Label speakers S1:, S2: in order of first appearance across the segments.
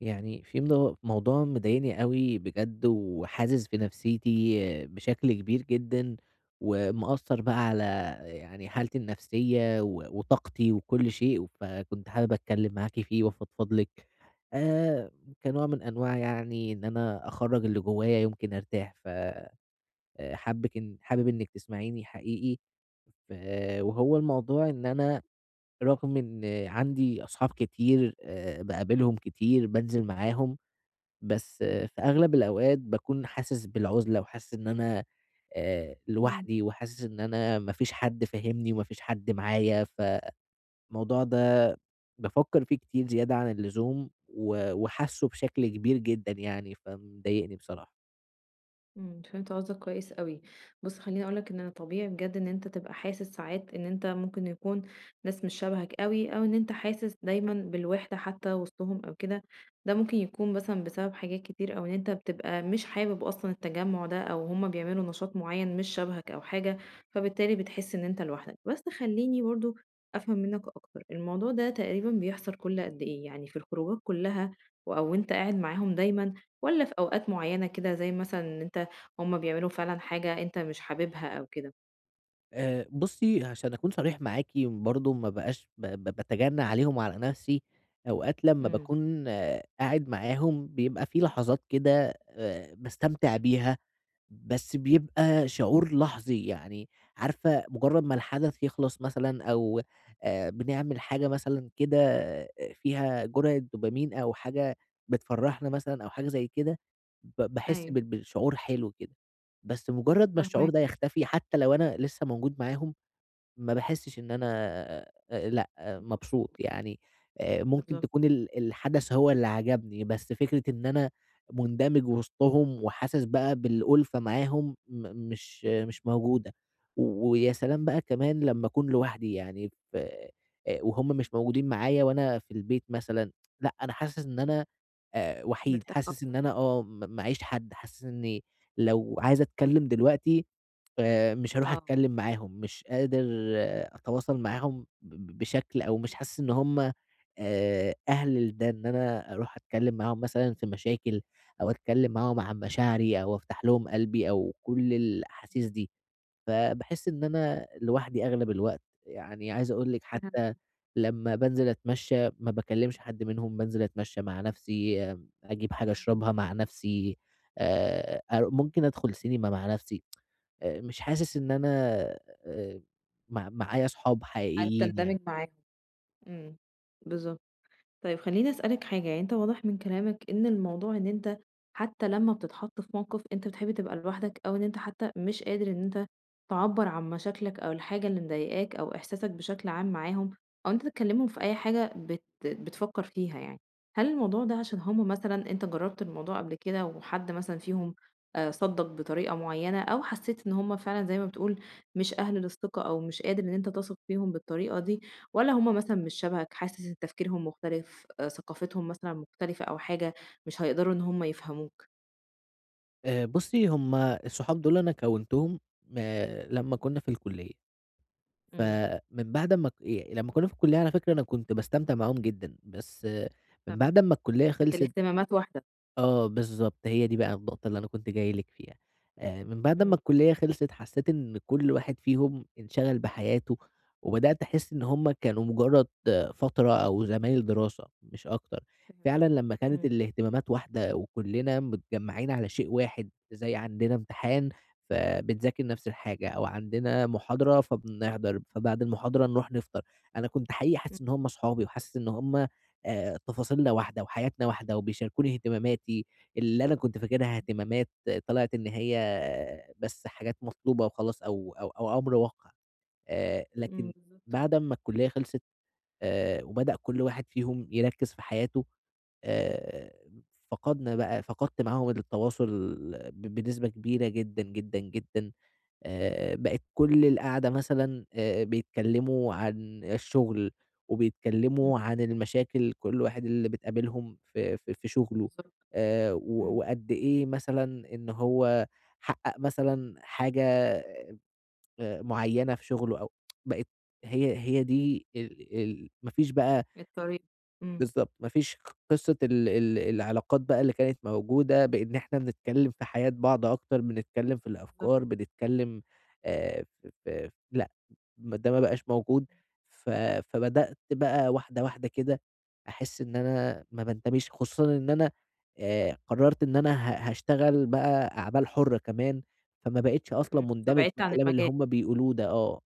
S1: يعني في موضوع مضايقني أوي بجد وحازز في نفسيتي بشكل كبير جدًا، ومأثّر بقى على يعني حالتي النفسية و وطاقتي وكل شيء، فكنت حابب أتكلّم معاكِ فيه وأفضفض لِك آآ، كنوع من أنواع يعني إن أنا أخرّج اللي جوايا يمكن أرتاح، ف حابِّك إن حابب إنِّك تسمعيني حقيقي ف وهو الموضوع إن أنا رغم إن عندي أصحاب كتير باقابلهم كتير، بانزل معاهم، بس في أغلب الأوقات باكون حاسس بالعُزلة وحاسس إن أنا
S2: إمم.
S1: لوحدي وحاسس إن أنا ما فيش حد فاهمني وما فيش حد معايا، فالموضوع ده بافكّر فيه كتير زيادة عن اللزوم و وحاسّه بشكل كبير جدًا يعني، فمضايقني بصراحة.
S2: إمم، فهمت قصدك كويس أوي. بُص خلّيني أقول لك إن انا طبيعي بجد إن أنت تبقى حاسس ساعات إن أنت ممكن يكون ناس مش شبهك أوي، أو إن أنت حاسس دايمًا بالوحدة حتى وسطهم أو كده، ده ممكن يكون مثلًا بسبب حاجات كتير، أو إن أنت بتبقى مش حابب أصلًا التجمُّع ده، أو هُم بيعملوا نشاط معيّن مش شبهك أو حاجة، فبالتالي بتحس إن أنت لوحدك. بس خلّيني برضه أفهم منّك أكتر، الموضوع ده تقريبًا بيحصل كل قد إيه؟ يعني في الخروجات كلّها و أو وأنت قاعد معاهم دايمًا، والّا في أوقات معيّنة كده زي مثلًا إن أنت هُم بيعملوا فعلًا حاجة أنت مش حاببها أو كده.
S1: بُصّي، عشان أكون صريح معاكِ برضه ما بقاش ب ب باتجنّى عليهم وعلى نَفْسي، أوقات لمّا
S2: إمم،
S1: باكون قاعد معاهم بيبقى في لحظات كده باستمتع بيها بس بيبقى شعور لحظي، يعني عارفة مجرّد ما الحدث يخلص مثلًا أو بنعمل حاجة مثلًا كده فيها جرعة دوبامين أو حاجة بتفرّحنا مثلًا أو حاجة زي كده، باحس
S2: أيوه
S1: بالشعور حلو كده، بس مجرّد ما الشعور
S2: فاهماك.
S1: ده يختفي حتى لو أنا لسه موجود معاهم ما باحسّش إن أنا لأ، مبسوط
S2: مبسوطة.
S1: يعني ممكن
S2: بالضبط.
S1: تكون الحدث هو اللي عجبني، بس فكرة إن أنا مندمج وسطهم وحاسس بقى بالألفة معاهم م مش آه،
S2: إمم،
S1: مش موجودة، ويا سلام
S2: إمم.
S1: بقى كمان لمّا أكون لوحدي يعني ف وهُم مش موجودين معايا وأنا في البيت مثلًا، لأ أنا حاسس إن أنا وحيد،
S2: مرتاح
S1: حاسس إن
S2: أكتر؟
S1: أنا آه م معييش حد، حاسس إني لو عايز أتكلّم دلوقتي فمش هاروح
S2: آه.
S1: أتكلّم معاهم، مش قادر أتواصل
S2: إمم،
S1: معاهم بشكل أو مش حاسس إن هُم أهل لده، إن أنا أروح أتكلّم معاهم مثلًا في مشاكل أو أتكلّم معاهم عن مشاعري أو أفتح لهم قلبي أو كل الأحاسيس
S2: إمم.
S1: دي، فباحس إن أنا لوحدي أغلب الوقت، يعني عايز أقول لِك
S2: فهمت،
S1: حتى لمّا بانزل أتمشى ما باكلّمش حد منهم، بانزل أتمشى مع نَفْسي، أجيب حاجة
S2: إمم.
S1: أشربها مع نَفْسي، أر ممكن أدخل سينما مع نَفْسي. مش حاسس إن أنا آآ مع معايا صحاب
S2: عارف
S1: حقيقيين يعني.
S2: تندمج معاهم. إمم، بالضبط. طيب خلّيني أسألك حاجة، يعني أنت واضح من كلامك إن الموضوع إن أنت حتى لمّا بتتحط في موقف أنت بتحب تبقى لوحدك، أو إن أنت حتى مش قادر إن أنت تعبّر عن مشاكلك أو الحاجة اللي مضايقاك أو إحساسك بشكل عام معاهم، أو إن أنت تكلّمهم في أي حاجة بتفكّر فيها يعني. هل الموضوع ده عشان هم مثلًا أنت جرّبت الموضوع قبل كده وحد مثلًا فيهم صدّق بطريقة معيّنة، أو حسّيت إن هم فعلًا زي ما بتقول مش أهل للثقة أو مش قادر إن أنت تثق فيهم بالطريقة دي، والّا هُم مثلًا مش شبهك، حاسس إن تفكيرهم مختلف، ثقافتهم مثلًا مختلفة أو حاجة، مش هيقدروا إن هُم يفهموك؟
S1: بُصّي، هم الصحاب دول أنا كوّنتهم لمّا كُنّا في الكُلّية،
S2: إمم،
S1: فمن بعد أمّا ك ي لمّا كُنّا في الكُلّية على فكرة أنا كنت باستمتع معاهم جدًا، بس من بعد
S2: تمام،
S1: أمّا الكُلّية
S2: كانت
S1: خلصت
S2: الاهتمامات واحدة.
S1: آه، بالضبط، هي دي بقى النقطة اللي أنا كنت جاي لِك فيها، من بعد ما
S2: إمم،
S1: الكلية خلصت حسيت إن كل واحد فيهم انشغل بحياته، وبدأت أحس إن هُم كانوا مجرد فترة أو زمايل دراسة مش أكتر،
S2: فهمت،
S1: فعلًا لمّا كانت
S2: إمم،
S1: الاهتمامات واحدة وكلنا متجمعين على شيء واحد، زي عندنا امتحان فبنذاكر نفس الحاجة، أو عندنا محاضرة فبنحضر، فبعد المحاضرة نروح نفطر، أنا كنت حقيقي حاسس إن
S2: إمم،
S1: هُم صحابي، وحاسس إن هُم تفاصيلنا واحدة وحياتنا واحدة وبيشاركوني اهتماماتي، اللي أنا كنت فاكرها
S2: فهمت،
S1: اهتمامات طلعت إن هي بس حاجات مطلوبة وخلاص أو أمر واقع. لكن
S2: إمم،
S1: بعد أمّا الكلية خلصت وبدأ كل واحد فيهم يركّز في حياته، آآ فقدنا بقى فقدت معاهم التواصل بنسبة كبيرة جدًا، جدًا، جدًا. بقت كل القعدة مثلًا بيتكلّموا عن الشغل،
S2: إمم،
S1: وبيتكلّموا عن المشاكل كل واحد اللي بتقابلهم في شغله،
S2: بالضبط، إمم،
S1: و وقد إيه مثلًا إن هو حقّق مثلًا حاجة معيّنة في شغله أو بقت هي دي ال ال ما فيش بقى
S2: الطريق، إمم،
S1: بالضبط، ما فيش قصة ال ال العلاقات بقى اللي كانت موجودة بإن إحنا بنتكلّم في حياة بعض أكتر، بنتكلّم في
S2: بالضبط،
S1: الأفكار، بنتكلّم ف ف لأ، ما ده ما بقاش موجود، ف فبدأت بقى واحدة، واحدة كده أحس إن أنا ما بانتميش، خصوصًا إن أنا قرّرت إن أنا هاشتغل بقى أعمال حُرّة كمان، فما بقيتش أصلًا
S2: إمم،
S1: مندمج في
S2: فبعدت عن
S1: الكلام اللي
S2: المجال،
S1: هم بيقولوه ده، آه.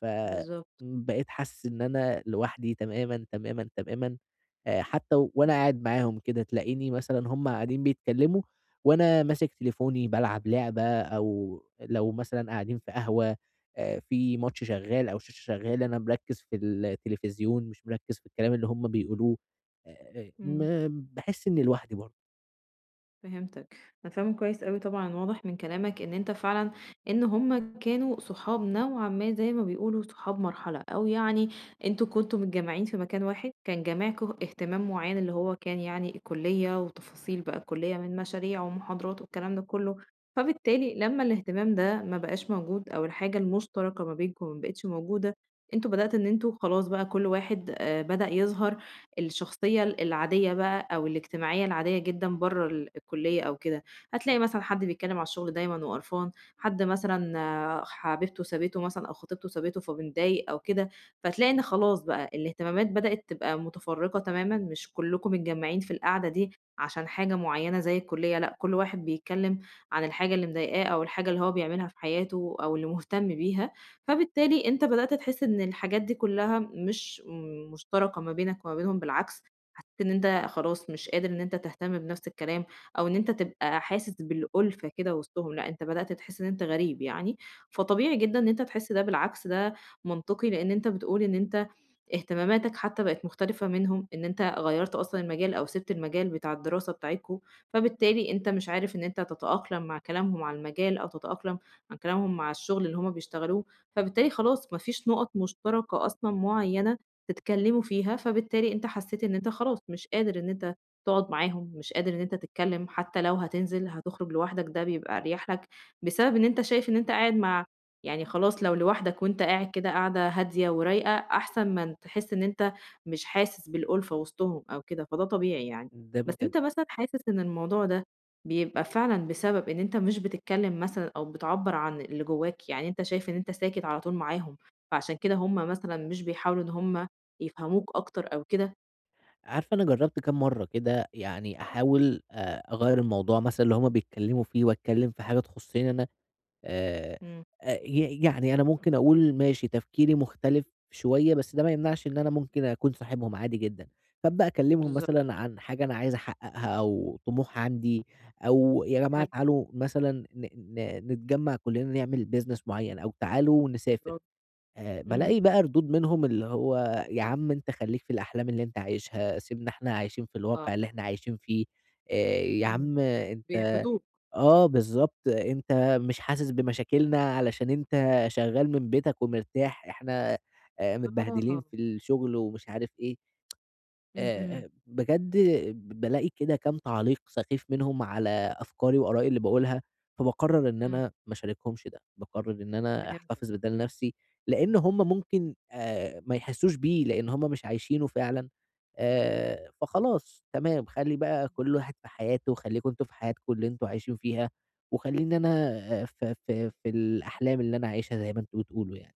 S1: ف
S2: بالضبط،
S1: بقيت حاسس إن أنا لوحدي تمامًا، تمامًا، تمامًا، حتى وأنا
S2: إمم،
S1: قاعد معاهم كده تلاقيني مثلًا هُم قاعدين بيتكلموا وأنا ماسك تليفوني بالعب لعبة، أو لو مثلًا قاعدين في قهوة في ماتش شغال أو شاشة شغالة أنا مركّز في التلفزيون مش مركّز في الكلام اللي هُم بيقولوه،
S2: إمم.
S1: ما باحس إني لوحدي برضه،
S2: فهمتك، أنا فاهمة كويس أوي طبعًا، واضح من كلامك إن أنت فعلًا إن هُم كانوا صحاب نوعًا ما زي ما بيقولوا صحاب مرحلة، أو يعني أنتم كنتم متجمّعين في مكان واحد، كان جامعكم اهتمام معيّن اللي هو كان يعني الكلية وتفاصيل بقى الكلية من مشاريع ومحاضرات والكلام ده كله، فبالتالي لمّا الاهتمام ده ما بقاش موجود أو الحاجة المشتركة ما بينكم ما بقتش موجودة، أنتم بدأت إن أنتم خلاص بقى كل واحد بدأ يظهر الشخصية العادية بقى أو الاجتماعية العادية جدًا برّه الكلية أو كده، هتلاقي مثلًا حد بيتكلم على الشغل دايمًا وقرفان، حد مثلًا آه، حبيبته سابته مثلًا أو خطيبته سابته فمتضايق أو كده، فتلاقي إن خلاص بقى الاهتمامات بدأت تبقى متفرقة تمامًا، مش كلكم متجمعين في القعدة دي عشان حاجة معينة زي الكلية، لأ كل واحد بيتكلم عن الحاجة اللي مضايقاه أو الحاجة اللي هو بيعملها في حياته أو اللي مهتم بيها. فبالتالي أنت بدأت تحس إن الحاجات دي كلها مش مشتركة ما بينك وما بينهم بالعكس حسيت إن أنت خلاص مش قادر إن أنت تهتم بنفس الكلام أو إن أنت تبقى حاسس بالألفة كده وسطهم لأ أنت بدأت تحس إن أنت غريب يعني فطبيعي جدا إن أنت تحس ده بالعكس ده منطقي لأن أنت بتقول إن أنت اهتماماتك حتى بقت مختلفة منهم ان انت غيرت اصلا المجال او سبت المجال بتاع الدراسة بتاعتكو فبالتالي انت مش عارف ان انت تتأقلم مع كلامهم على المجال او تتأقلم مع كلامهم مع الشغل اللي هما بيشتغلوه فبالتالي خلاص ما فيش نقط مشتركة أصلًا معيّنة تتكلّموا فيها، فبالتالي أنت حسّيت إن أنت خلاص مش قادر إن أنت تقعد معاهم، مش قادر إن أنت تتكلّم، حتى لو هتنزل هتخرج لوحدك ده بيبقى أريح لك، بسبب إن أنت شايف إن أنت قاعد مع يعني خلاص لو لوحدك وأنت قاعد كده قعدة هادية ورايقة، أحسن ما تحس إن أنت مش حاسس بالألفة وسطهم أو كده، فده طبيعي يعني.
S1: ده
S2: بس
S1: بجد.
S2: أنت مثلًا حاسس إن الموضوع ده بيبقى فعلًا بسبب إن أنت مش بتتكلّم مثلًا أو بتعبّر عن اللي جوّاك، يعني أنت شايف إن أنت ساكت على طول معاهم، فعشان كده هُم مثلًا مش بيحاولوا إن هُم يفهموك أكتر أو كده.
S1: عارفة أنا جرّبت كام مرّة كده يعني أحاول أغيّر الموضوع مثلًا اللي هُم بيتكلموا فيه وأتكلم في حاجة تخصني أنا آآ
S2: إمم،
S1: أ ي يعني أنا ممكن أقول ماشي تفكيري مختلف شوية، بس ده ما يمنعش إن أنا ممكن أكون صاحبهم عادي جدًا، فابدأ أكلمهم
S2: بالضبط،
S1: مثلًا عن حاجة أنا عايز أحققها أو طموح عندي، أو يا جماعة
S2: حلو،
S1: تعالوا مثلًا ن ن نتجمع كلنا نعمل business معين، أو تعالوا نسافر،
S2: برافو، إمم،
S1: بالاقي بقى ردود منهم اللي هو يا عم أنت خليك في الأحلام اللي أنت عايشها، سيبنا إحنا عايشين في
S2: آه،
S1: الواقع اللي إحنا عايشين فيه، آآ يا
S2: إمم،
S1: عم أنت
S2: بيحبطوك،
S1: آه بالضبط، أنت مش حاسس بمشاكلنا علشان أنت شغّال من بيتك ومرتاح، إحنا متبهدلين
S2: آه،
S1: في الشغل ومش عارف إيه.
S2: إمم، إمم،
S1: بجد بالاقي كده كام تعليق سخيف منهم على أفكاري وآرائي اللي باقولها، فباقرر إن
S2: إمم،
S1: أنا ما أشاركهمش ده، باقرر إن أنا
S2: فهمتك.
S1: أحتفظ بده لنفسي، لإن هم ممكن ما يحسوش بيه لإن هم مش عايشينه فعلًا، فخلاص تمام خلّي بقى كل واحد في حياته، خلّيكم أنتم في حياتكم اللي أنتم عايشين فيها، وخلّيني أنا في الأحلام اللي أنا عايشها زي ما أنتم بتقولوا يعني،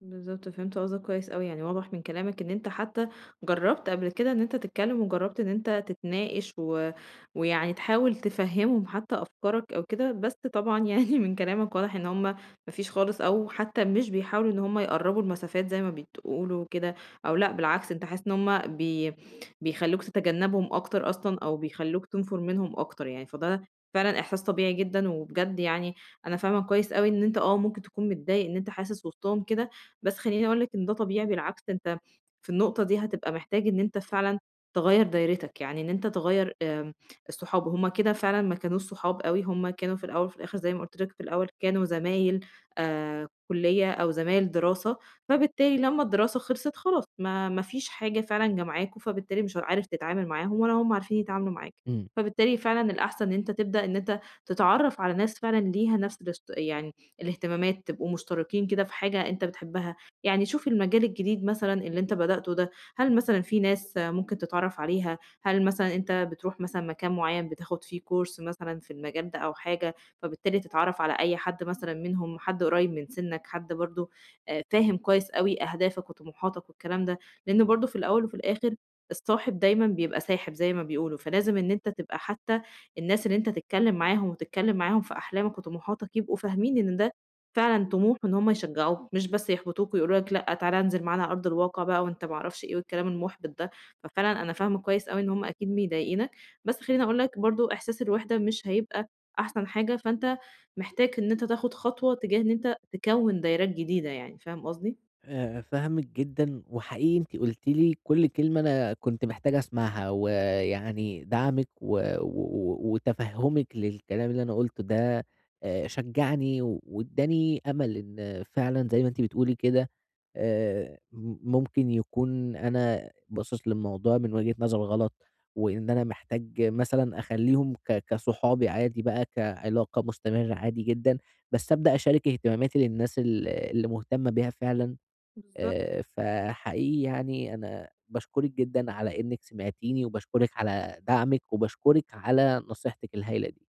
S2: بالضبط، فهمت قصدك كويس أوي، يعني واضح من كلامك إن أنت حتى جرّبت قبل كده إن أنت تتكلّم وجرّبت إن أنت تتناقش ويعني تحاول تفهّمهم حتى أفكارك أو كده، بس طبعًا يعني من كلامك واضح إن هم ما فيش خالص أو حتى مش بيحاولوا إن هم يقرّبوا المسافات زي ما بتقولوا كده أو لأ بالعكس أنت حاسس إن هم بيخلّوك تتجنّبهم أكتر أصلًا أو بيخلّوك تنفُر منهم أكتر يعني، فده فعلًا إحساس طبيعي جدًا وبجد يعني أنا فاهمة كويس أوي إن أنت آه، ممكن تكون متضايق إن أنت حاسس وسطهم كده بس خلّيني أقول لك إن ده طبيعي بالعكس أنت في النقطة دي هتبقى محتاج إن أنت فعلًا تغيّر دايرتك، يعني إن أنت تغيّر الصحاب، هُم كده فعلًا ما كانوش صحاب أوي، هُم كانوا في الأول وفي الآخر زي ما قُلت لك في الأول كانوا زمايل كُلّية أو زمايل دراسة، فبالتالي لمّا الدراسة خلصت خلاص ما فيش حاجة فعلًا جمعاكم، فبالتالي مش عارف تتعامل معاهم ولا هُم عارفين يتعاملوا معاك،
S1: إمم.
S2: فبالتالي فعلًا الأحسن إن أنت تبدأ إن أنت تتعرّف على ناس فعلًا ليها نفس يعني الاهتمامات، تبقوا مشتركين كده في حاجة أنت بتحبها. يعني شوفي المجال الجديد مثلًا اللي أنت بدأته ده، هل مثلًا في ناس ممكن تتعرّف عليها؟ هل مثلًا أنت بتروح مثلًا مكان معيّن بتاخد فيه course مثلًا في المجال ده أو حاجة، فبالتالي تتعرّف على أي حد مثلًا منهم، حد قريب من سنّك، حد برضه فاهم كويس أوي أهدافك وطموحاتك والكلام ده، لإن برضه في الأول وفي الآخر الصاحب دايمًا بيبقى ساحب زي ما بيقولوا، فلازم إن أنت تبقى حتى الناس اللي أنت تتكلّم معاهم وتتكلّم معاهم في أحلامك وطموحاتك يبقوا فاهمين إن ده فعلًا طموح إن هُم يشجعوك، مش بس يحبطوك ويقولوا لك لأ، تعالَ انزل معانا على أرض الواقع بقى وأنت ما أعرفش إيه والكلام المُحبط ده، ففعلًا أنا فاهمة كويس أوي إن هُم أكيد مضايقينك، بس خلّيني أقول لك برضه إحساس الوحدة مش هيبقى أحسن حاجة، فأنت محتاج إن أنت تاخد خطوة تجاه إن أنت تكوّن دايرات جديدة يعني، فاهم قصدي؟
S1: فاهمِك جدًا، وحقيقي أنتِ قُلتِ لي كل كلمة أنا كنت محتاج أسمعها، ويعني دعمِك و و وتفهُّمِك للكلام اللي أنا قُلته ده شجّعني وادّاني أمل إن فعلًا زي ما أنتِ بتقولي كده م ممكن يكون أنا باصص للموضوع من وجهة نظر غلط، وإن أنا محتاج مثلًا أخلّيهم كصحابي عادي بقى، كعلاقة مستمرة عادي جدًا، بس أبدأ أشارك اهتماماتي للناس اللي مهتمة بيها فعلًا.
S2: بالضبط،
S1: فحقيقي يعني أنا باشكرِك جدًا على إنِّك سمعتيني، وباشكرِك على دعمِك، وباشكرِك على نصيحتِك الهايلة دي.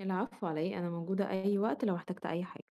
S2: العفو على إيه، أنا موجودة أي وقت لو احتجت أي حاجة.